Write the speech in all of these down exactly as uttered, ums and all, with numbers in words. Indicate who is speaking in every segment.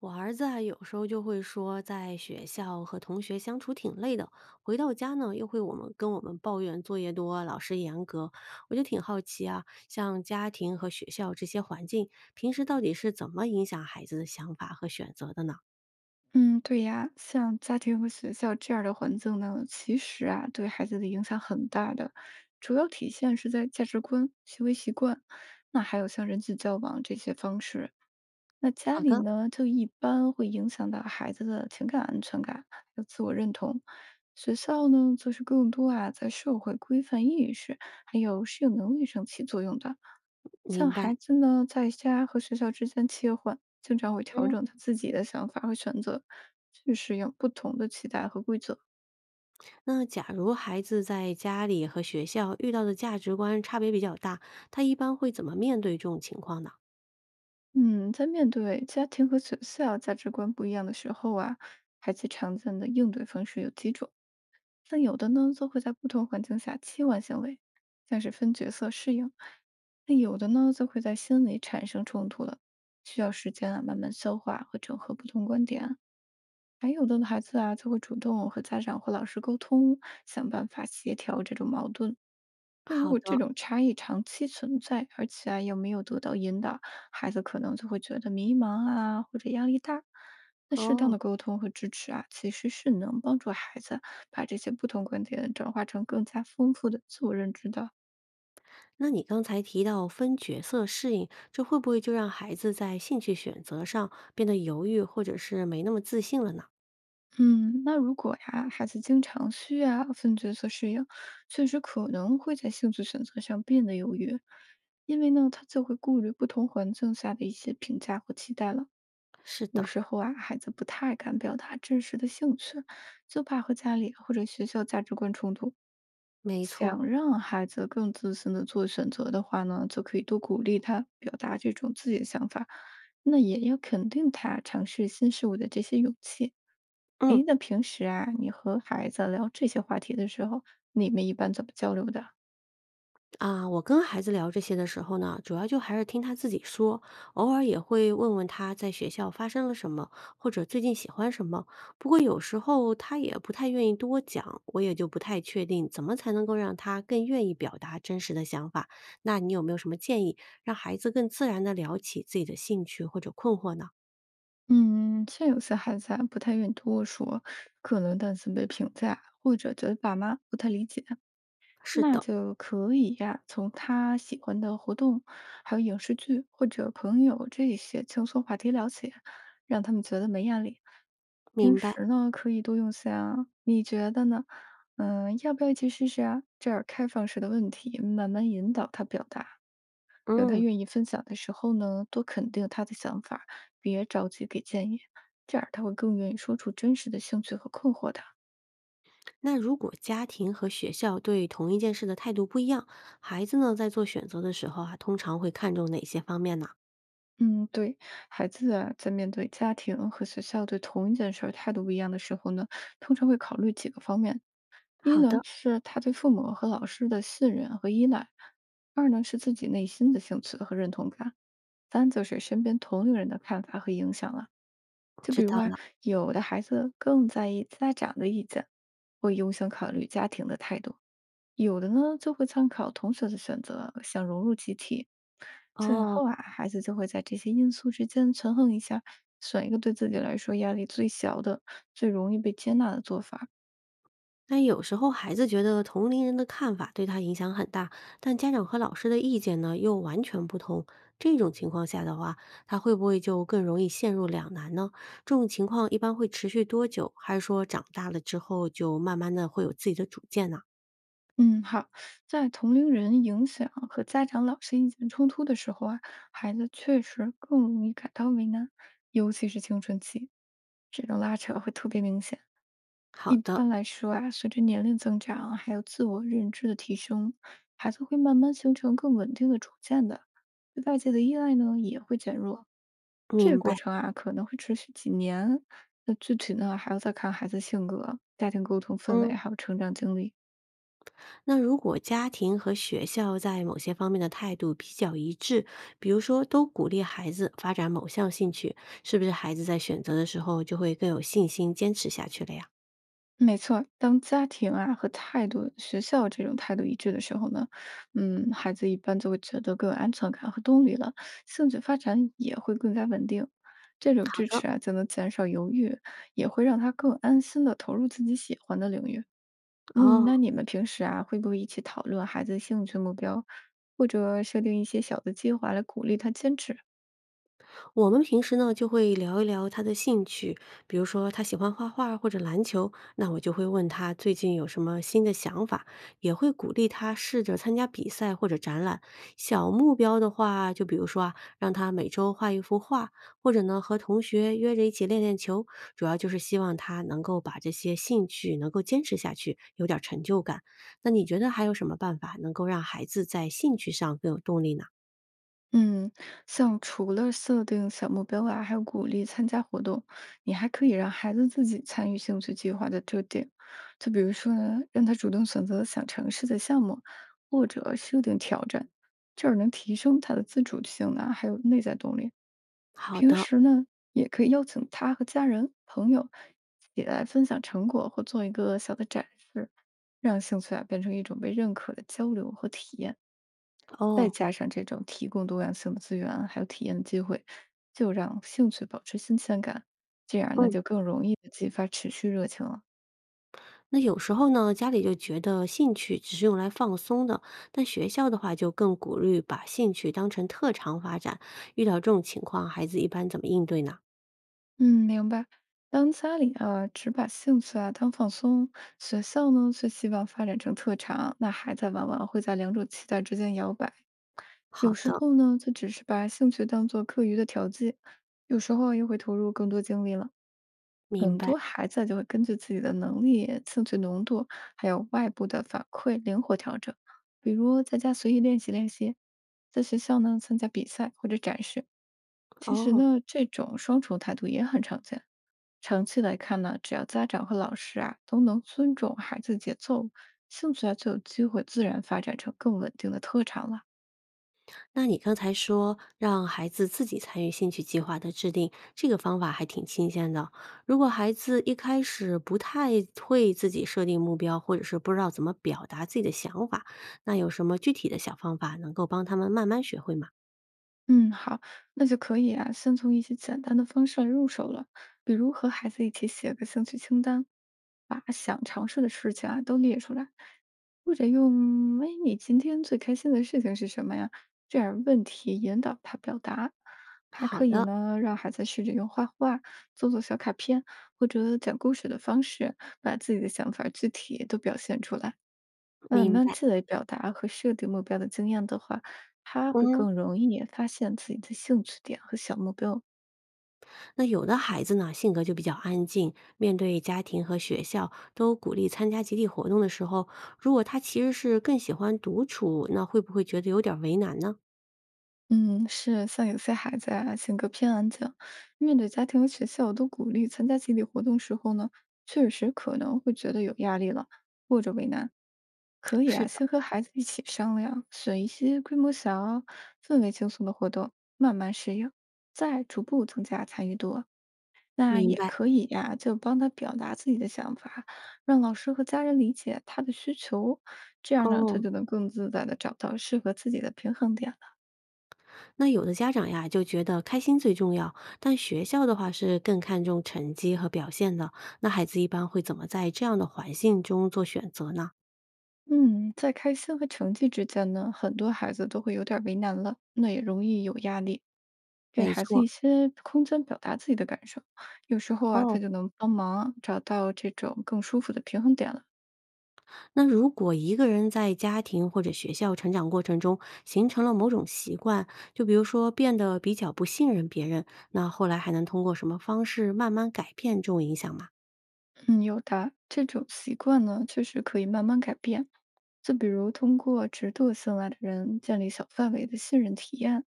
Speaker 1: 我儿子啊，有时候就会说，在学校和同学相处挺累的，回到家呢，又会我们跟我们抱怨作业多，老师严格。我就挺好奇啊，像家庭和学校这些环境，平时到底是怎么影响孩子的想法和选择的呢？
Speaker 2: 嗯，对呀，像家庭和学校这样的环境呢，其实啊，对孩子的影响很大的，主要体现是在价值观、行为习惯，那还有像人际交往这些方式。那家
Speaker 1: 好
Speaker 2: 里
Speaker 1: 的，
Speaker 2: 呢，就一般会影响到孩子的情感安全感，还有自我认同。学校呢，则是更多啊，在社会规范意识还有适应能力上起作用的。像
Speaker 1: 明白。
Speaker 2: 孩子呢，在家和学校之间切换，经常会调
Speaker 1: 嗯，
Speaker 2: 整他自己的想法和选择，去适应不同的期待和规则。
Speaker 1: 那假如孩子在家里和学校遇到的价值观差别比较大，他一般会怎么面对这种情况呢？
Speaker 2: 嗯，在面对家庭和学校价值观不一样的时候啊，孩子常见的应对方式有几种，但有的呢，则会在不同环境下切换行为，像是分角色适应；那有的呢，则会在心里产生冲突了，需要时间啊慢慢消化和整合不同观点。还有的孩子啊，就会主动和家长或老师沟通，想办法协调这种矛盾。那如
Speaker 1: 好
Speaker 2: 果这
Speaker 1: 的，
Speaker 2: 种差异长期存在，而且啊又没有得到引导，孩子可能就会觉得迷茫啊，或者压力大。那适当
Speaker 1: 哦。
Speaker 2: 的沟通和支持啊，其实是能帮助孩子把这些不同观点转化成更加丰富的自我认知的。
Speaker 1: 那你刚才提到分角色适应，这会不会就让孩子在兴趣选择上变得犹豫，或者是没那么自信了呢？
Speaker 2: 嗯，那如果呀，孩子经常需要分角色适应，确实可能会在兴趣选择上变得犹豫，因为呢，他就会顾虑不同环境下的一些评价和期待了。
Speaker 1: 是
Speaker 2: 有
Speaker 1: 的，
Speaker 2: 时候啊，孩子不太敢表达真实的兴趣，就怕和家里或者学校价值观冲突。
Speaker 1: 没错儿，
Speaker 2: 想让孩子更自信的做选择的话呢，就可以多鼓励他表达这种自己的想法，那也要肯定他尝试新事物的这些勇气。
Speaker 1: 嗯。
Speaker 2: 诶，那平时啊，你和孩子聊这些话题的时候，你们一般怎么交流的？
Speaker 1: 啊，我跟孩子聊这些的时候呢，主要就还是听他自己说，偶尔也会问问他在学校发生了什么，或者最近喜欢什么。不过有时候他也不太愿意多讲，我也就不太确定怎么才能够让他更愿意表达真实的想法。那你有没有什么建议，让孩子更自然的聊起自己的兴趣或者困惑呢？
Speaker 2: 嗯，像有些孩子啊，不太愿意多说，可能担心被评价，或者觉得爸妈不太理解，
Speaker 1: 是
Speaker 2: 那
Speaker 1: 的，
Speaker 2: 就可以呀、从他喜欢的活动，还有影视剧或者朋友这些轻松话题聊起，让他们觉得没压力。平
Speaker 1: 明白。
Speaker 2: 时呢，可以多用像你觉得呢？嗯，要不要一起试试啊？这样开放式的问题，慢慢引导他表达。等他
Speaker 1: 嗯。
Speaker 2: 愿意分享的时候呢，多肯定他的想法别着急给建议，这样他会更愿意说出真实的兴趣和困惑的。
Speaker 1: 那如果家庭和学校对同一件事的态度不一样，孩子呢在做选择的时候啊，通常会看重哪些方面呢？
Speaker 2: 嗯，对，孩子啊，在面对家庭和学校对同一件事儿态度不一样的时候呢，通常会考虑几个方面：一
Speaker 1: 好
Speaker 2: 呢
Speaker 1: 的，
Speaker 2: 是他对父母和老师的信任和依赖；二呢是自己内心的兴趣和认同感；三就是身边同龄人的看法和影响了。就
Speaker 1: 知
Speaker 2: 比如
Speaker 1: 道
Speaker 2: 啊，
Speaker 1: 了。
Speaker 2: 有的孩子更在意家长的意见，会优先考虑家庭的态度；有的呢，就会参考同学的选择，想融入集体。最
Speaker 1: 哦，
Speaker 2: 后啊，孩子就会在这些因素之间权衡一下，选一个对自己来说压力最小的、最容易被接纳的做法。
Speaker 1: 那有时候孩子觉得同龄人的看法对他影响很大，但家长和老师的意见呢又完全不同。这种情况下的话，他会不会就更容易陷入两难呢？这种情况一般会持续多久？还是说长大了之后就慢慢的会有自己的主见呢？
Speaker 2: 嗯，好，在同龄人影响和家长、老师意见冲突的时候啊，孩子确实更容易感到为难，尤其是青春期，这种拉扯会特别明显。
Speaker 1: 好
Speaker 2: 一
Speaker 1: 的，
Speaker 2: 般来说啊，随着年龄增长，还有自我认知的提升，孩子会慢慢形成更稳定的主见的，对外界的依赖呢也会减弱。这个
Speaker 1: 明
Speaker 2: 过
Speaker 1: 白。
Speaker 2: 程啊，可能会持续几年。那具体呢，还要再看孩子性格、家庭沟通氛围，
Speaker 1: 嗯。
Speaker 2: 还有成长经历。
Speaker 1: 那如果家庭和学校在某些方面的态度比较一致，比如说都鼓励孩子发展某项兴趣，是不是孩子在选择的时候就会更有信心坚持下去了呀？
Speaker 2: 没错，当家庭啊和态度、学校这种态度一致的时候呢，嗯，孩子一般就会觉得更有安全感和动力了，兴趣发展也会更加稳定。这种支持啊，就能减少犹豫，也会让他更安心的投入自己喜欢的领域。嗯，
Speaker 1: 哦，
Speaker 2: 那你们平时啊，会不会一起讨论孩子兴趣目标，或者设定一些小的计划来鼓励他坚持啊？
Speaker 1: 我们平时呢就会聊一聊他的兴趣，比如说他喜欢画画或者篮球，那我就会问他最近有什么新的想法，也会鼓励他试着参加比赛或者展览。小目标的话，就比如说啊，让他每周画一幅画，或者呢和同学约着一起练练球，主要就是希望他能够把这些兴趣能够坚持下去，有点儿成就感。那你觉得还有什么办法能够让孩子在兴趣上更有动力呢？
Speaker 2: 嗯，像除了设定小目标外，还有鼓励参加活动，你还可以让孩子自己参与兴趣计划的制定。就比如说呢，让他主动选择想尝试的项目，或者设定挑战，这样能提升他的自主性呢，还有内在动力。
Speaker 1: 好
Speaker 2: 平
Speaker 1: 的，
Speaker 2: 时呢，也可以邀请他和家人、朋友一起来分享成果，或做一个小的展示，让兴趣啊变成一种被认可的交流和体验。再
Speaker 1: 哦，
Speaker 2: 加上这种提供多样性的资源啊，还有体验的机会，就让兴趣保持新鲜感，这样呢
Speaker 1: 嗯。
Speaker 2: 就更容易的激发持续热情了。
Speaker 1: 那有时候呢，家里就觉得兴趣只是用来放松的，但学校的话就更鼓励把兴趣当成特长发展。遇到这种情况，孩子一般怎么应对呢？
Speaker 2: 嗯，明白。当家里啊只把兴趣啊当放松，学校呢却希望发展成特长，那孩子往往会在两种期待之间摇摆。有
Speaker 1: 好
Speaker 2: 时
Speaker 1: 的，
Speaker 2: 候呢，就只是把兴趣当做课余的调剂，有时候啊又会投入更多精力了。
Speaker 1: 明
Speaker 2: 很
Speaker 1: 白。
Speaker 2: 多孩子就会根据自己的能力、兴趣浓度，还有外部的反馈灵活调整。比如在家随意练习练习，在学校呢参加比赛或者展示。其实
Speaker 1: 哦，
Speaker 2: 呢，这种双重态度也很常见。长期来看呢，只要家长和老师啊都能尊重孩子节奏，兴趣啊就有机会自然发展成更稳定的特长了。
Speaker 1: 那你刚才说让孩子自己参与兴趣计划的制定，这个方法还挺新鲜的。如果孩子一开始不太会自己设定目标，或者是不知道怎么表达自己的想法，那有什么具体的小方法能够帮他们慢慢学会吗？
Speaker 2: 嗯，好，那就可以啊，先从一些简单的方式来入手了，比如和孩子一起写个兴趣清单，把想尝试的事情啊都列出来，或者用“哎，你今天最开心的事情是什么呀？”这样问题引导他表达。还
Speaker 1: 好
Speaker 2: 可以
Speaker 1: 的，
Speaker 2: 呢，让孩子试着用画画、做做小卡片或者讲故事的方式，把自己的想法具体都表现出来。慢
Speaker 1: 明
Speaker 2: 慢
Speaker 1: 白。
Speaker 2: 积累表达和设定目标的经验的话，他会
Speaker 1: 嗯，
Speaker 2: 更容易发现自己的兴趣点和小目标。
Speaker 1: 那有的孩子呢，性格就比较安静，面对家庭和学校都鼓励参加集体活动的时候，如果他其实是更喜欢独处，那会不会觉得有点儿为难呢？
Speaker 2: 嗯，是像有些孩子啊，性格偏安静，面对家庭和学校都鼓励参加集体活动时候呢，确实可能会觉得有压力了，或者为难。可以
Speaker 1: 是
Speaker 2: 啊，
Speaker 1: 的，
Speaker 2: 先和孩子一起商量，选一些规模小、氛围轻松的活动，慢慢适应，再逐步增加参与度。那
Speaker 1: 明
Speaker 2: 也
Speaker 1: 白。
Speaker 2: 可以呀，就帮他表达自己的想法，让老师和家人理解他的需求，这样呢，他
Speaker 1: 哦，
Speaker 2: 就能更自在的找到适合自己的平衡点了。
Speaker 1: 那有的家长呀就觉得开心最重要，但学校的话是更看重成绩和表现的。那孩子一般会怎么在这样的环境中做选择呢？
Speaker 2: 嗯，在开心和成绩之间呢，很多孩子都会有点为难了，那也容易有压力。给
Speaker 1: 没
Speaker 2: 孩子
Speaker 1: 错，
Speaker 2: 一些空间表达自己的感受，有时候啊，
Speaker 1: 哦，
Speaker 2: 他就能帮忙找到这种更舒服的平衡点了。
Speaker 1: 那如果一个人在家庭或者学校成长过程中形成了某种习惯，就比如说变得比较不信任别人，那后来还能通过什么方式慢慢改变这种影响吗？
Speaker 2: 嗯，有的。这种习惯呢，确实可以慢慢改变。就比如通过值得信赖的人建立小范围的信任体验，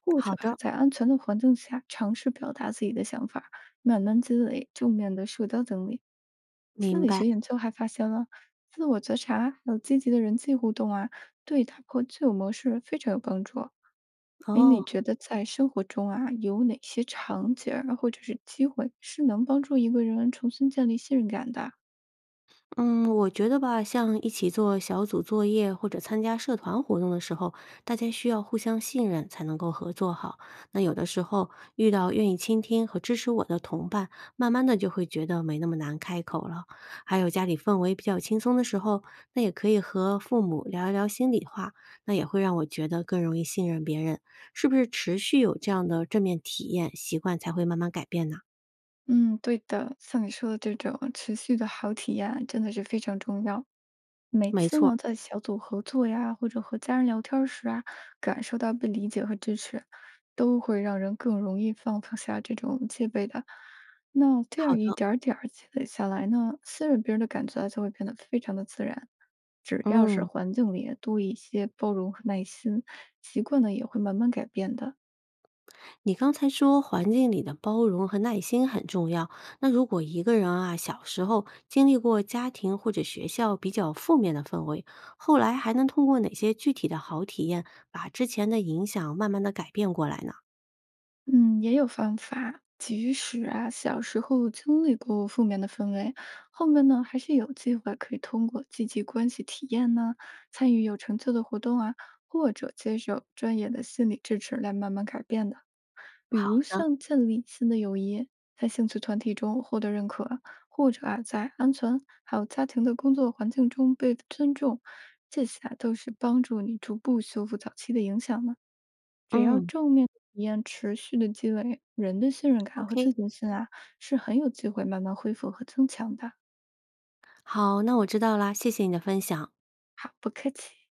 Speaker 2: 或
Speaker 1: 好
Speaker 2: 者还
Speaker 1: 的，
Speaker 2: 在安全的环境下尝试表达自己的想法，慢慢积累正面的社交经历。心
Speaker 1: 明
Speaker 2: 理
Speaker 1: 白。
Speaker 2: 学研究还发现了，自我觉察还有积极的人际互动啊，对打破旧有模式非常有帮助。哎，你
Speaker 1: 哦，
Speaker 2: 觉得在生活中啊，有哪些场景儿或者是机会是能帮助一个人重新建立信任感的？
Speaker 1: 嗯，我觉得吧，像一起做小组作业或者参加社团活动的时候，大家需要互相信任才能够合作好。那有的时候遇到愿意倾听和支持我的同伴，慢慢的就会觉得没那么难开口了。还有家里氛围比较轻松的时候，那也可以和父母聊一聊心里话，那也会让我觉得更容易信任别人。是不是持续有这样的正面体验，习惯才会慢慢改变呢？
Speaker 2: 嗯，对的，像你说的这种持续的好体验真的是非常重要。每
Speaker 1: 没
Speaker 2: 次呢，
Speaker 1: 错，
Speaker 2: 在小组合作呀，或者和家人聊天儿时啊，感受到被理解和支持，都会让人更容易放下这种戒备的。那这
Speaker 1: 好
Speaker 2: 样一
Speaker 1: 的，
Speaker 2: 点儿点儿积累下来呢，信任别人的感觉啊就会变得非常的自然。只要是
Speaker 1: 嗯。
Speaker 2: 环境里多一些包容和耐心，习惯呢也会慢慢改变的。
Speaker 1: 你刚才说环境里的包容和耐心很重要，那如果一个人啊，小时候经历过家庭或者学校比较负面的氛围，后来还能通过哪些具体的好体验，把之前的影响慢慢的改变过来呢？
Speaker 2: 嗯，也有方法。即使啊，小时候经历过负面的氛围，后面呢还是有机会可以通过积极关系体验呢，参与有成就的活动啊，或者接受专业的心理支持来慢慢改变的。比
Speaker 1: 好
Speaker 2: 如
Speaker 1: 的，
Speaker 2: 像建立新的友谊，在兴趣团体中获得认可，或者啊在安全还有家庭的工作环境中被尊重，这些啊都是帮助你逐步修复早期的影响的。只要
Speaker 1: 嗯
Speaker 2: 正面体验持续的积累，人的信任感和自
Speaker 1: ，O K，
Speaker 2: 信心啊，是很有机会慢慢恢复和增强的。
Speaker 1: 好，那我知道啦，谢谢你的分享。
Speaker 2: 好，不客气。